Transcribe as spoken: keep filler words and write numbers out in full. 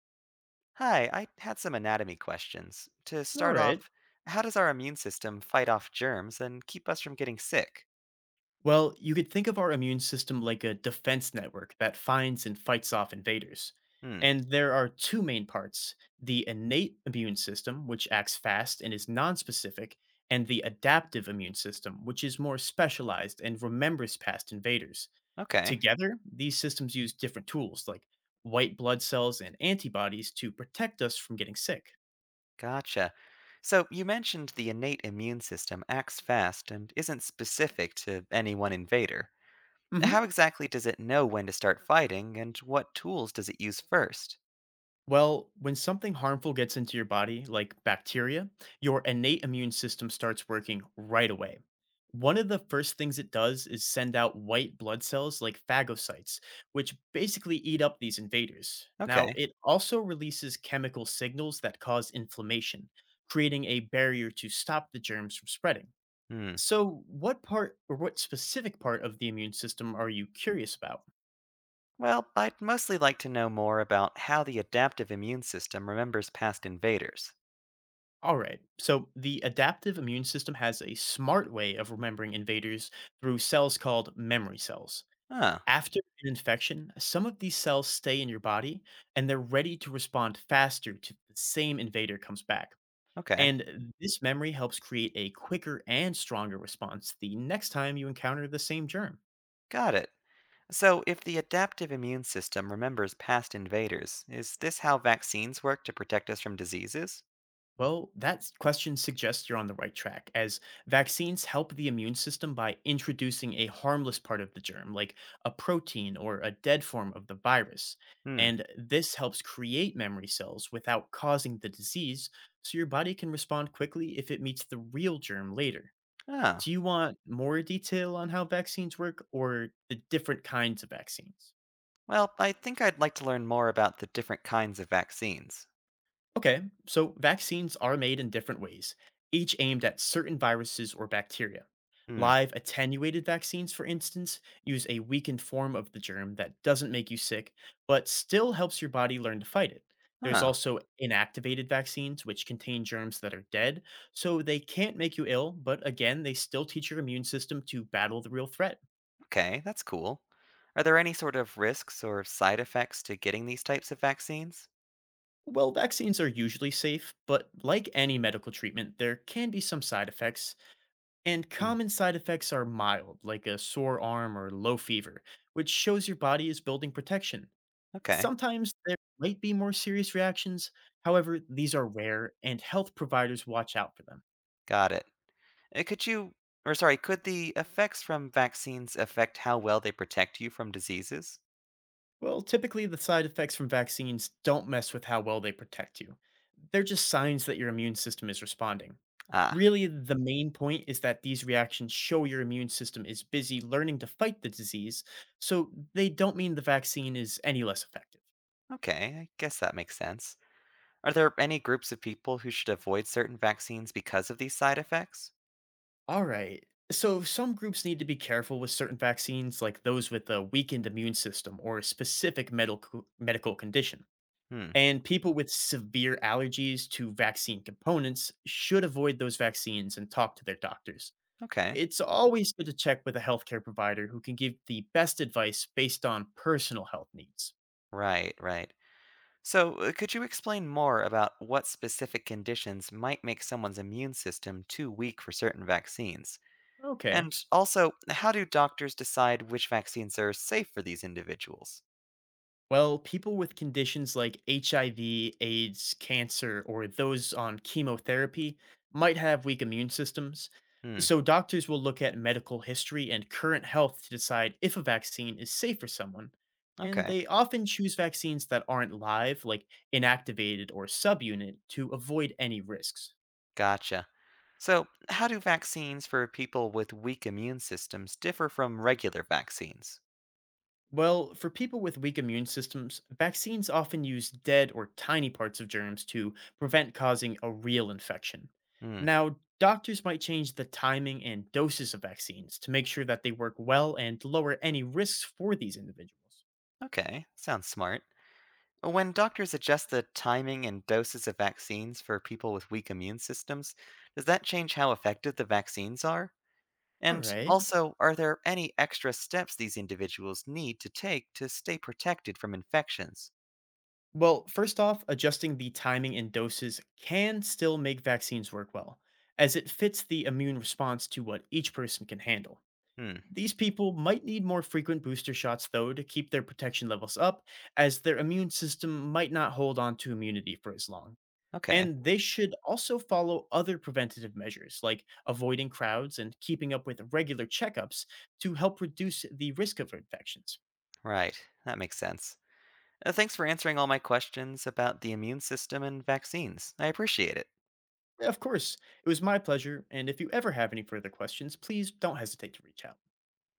Hi, I had some anatomy questions. To All start right. off, how does our immune system fight off germs and keep us from getting sick? Well, you could think of our immune system like a defense network that finds and fights off invaders. Hmm, And there are two main parts the innate immune system, which acts fast and is nonspecific, and the adaptive immune system, which is more specialized and remembers past invaders. okay, Together, these systems use different tools like white blood cells and antibodies to protect us from getting sick. gotcha. So, you mentioned the innate immune system acts fast and isn't specific to any one invader. Hmm. How exactly does it know when to start fighting and what tools does it use first? Well, when something harmful gets into your body, like bacteria, your innate immune system starts working right away. One of the first things it does is send out white blood cells like phagocytes, which basically eat up these invaders. Now, Okay, it also releases chemical signals that cause inflammation, creating a barrier to stop the germs from spreading. hmm. So, what part or what specific part of the immune system are you curious about? Well, I'd mostly like to know more about how the adaptive immune system remembers past invaders. All right. So the adaptive immune system has a smart way of remembering invaders through cells called memory cells. Huh, After an infection, some of these cells stay in your body and they're ready to respond faster to the same invader comes back. okay, And this memory helps create a quicker and stronger response the next time you encounter the same germ. got it. So, if the adaptive immune system remembers past invaders, is this how vaccines work to protect us from diseases? Well, that question suggests you're on the right track, as vaccines help the immune system by introducing a harmless part of the germ, like a protein or a dead form of the virus. Hmm. And this helps create memory cells without causing the disease, so your body can respond quickly if it meets the real germ later. Ah. Do you want more detail on how vaccines work or the different kinds of vaccines? Well, I think I'd like to learn more about the different kinds of vaccines. Okay, so vaccines are made in different ways, each aimed at certain viruses or bacteria. Hmm. Live attenuated vaccines, for instance, use a weakened form of the germ that doesn't make you sick, but still helps your body learn to fight it. There's Huh. also inactivated vaccines, which contain germs that are dead, so they can't make you ill, but again, they still teach your immune system to battle the real threat. Okay, that's cool. Are there any sort of risks or side effects to getting these types of vaccines? Well, vaccines are usually safe, but like any medical treatment, there can be some side effects, and Hmm. common side effects are mild, like a sore arm or low fever, which shows your body is building protection. Okay, Sometimes there might be more serious reactions. However, these are rare and health providers watch out for them. got it. Uh, Could you, or sorry, could the effects from vaccines affect how well they protect you from diseases? Well, typically the side effects from vaccines don't mess with how well they protect you. They're just signs that your immune system is responding. Ah, Really, the main point is that these reactions show your immune system is busy learning to fight the disease, so they don't mean the vaccine is any less effective. okay, I guess that makes sense. Are there any groups of people who should avoid certain vaccines because of these side effects? All right. So some groups need to be careful with certain vaccines, like those with a weakened immune system or a specific medical medical condition. Hmm, And people with severe allergies to vaccine components should avoid those vaccines and talk to their doctors. okay. It's always good to check with a healthcare provider who can give the best advice based on personal health needs. Right, right. So, uh, could you explain more about what specific conditions might make someone's immune system too weak for certain vaccines? Okay. And also, how do doctors decide which vaccines are safe for these individuals? Well, people with conditions like H I V, AIDS, cancer, or those on chemotherapy might have weak immune systems. Hmm, So, doctors will look at medical history and current health to decide if a vaccine is safe for someone. And okay. they often choose vaccines that aren't live, like inactivated or subunit, to avoid any risks. Gotcha. So, how do vaccines for people with weak immune systems differ from regular vaccines? Well, for people with weak immune systems, vaccines often use dead or tiny parts of germs to prevent causing a real infection. Hmm, Now, doctors might change the timing and doses of vaccines to make sure that they work well and lower any risks for these individuals. okay. Sounds smart. When doctors adjust the timing and doses of vaccines for people with weak immune systems, does that change how effective the vaccines are? All And right. also, are there any extra steps these individuals need to take to stay protected from infections? Well, first off, adjusting the timing and doses can still make vaccines work well, as it fits the immune response to what each person can handle. Hmm, These people might need more frequent booster shots, though, to keep their protection levels up, as their immune system might not hold on to immunity for as long. okay, And they should also follow other preventative measures, like avoiding crowds and keeping up with regular checkups to help reduce the risk of infections. right, that makes sense. Uh, Thanks for answering all my questions about the immune system and vaccines. I appreciate it. Yeah, of course, it was my pleasure, and if you ever have any further questions, please don't hesitate to reach out.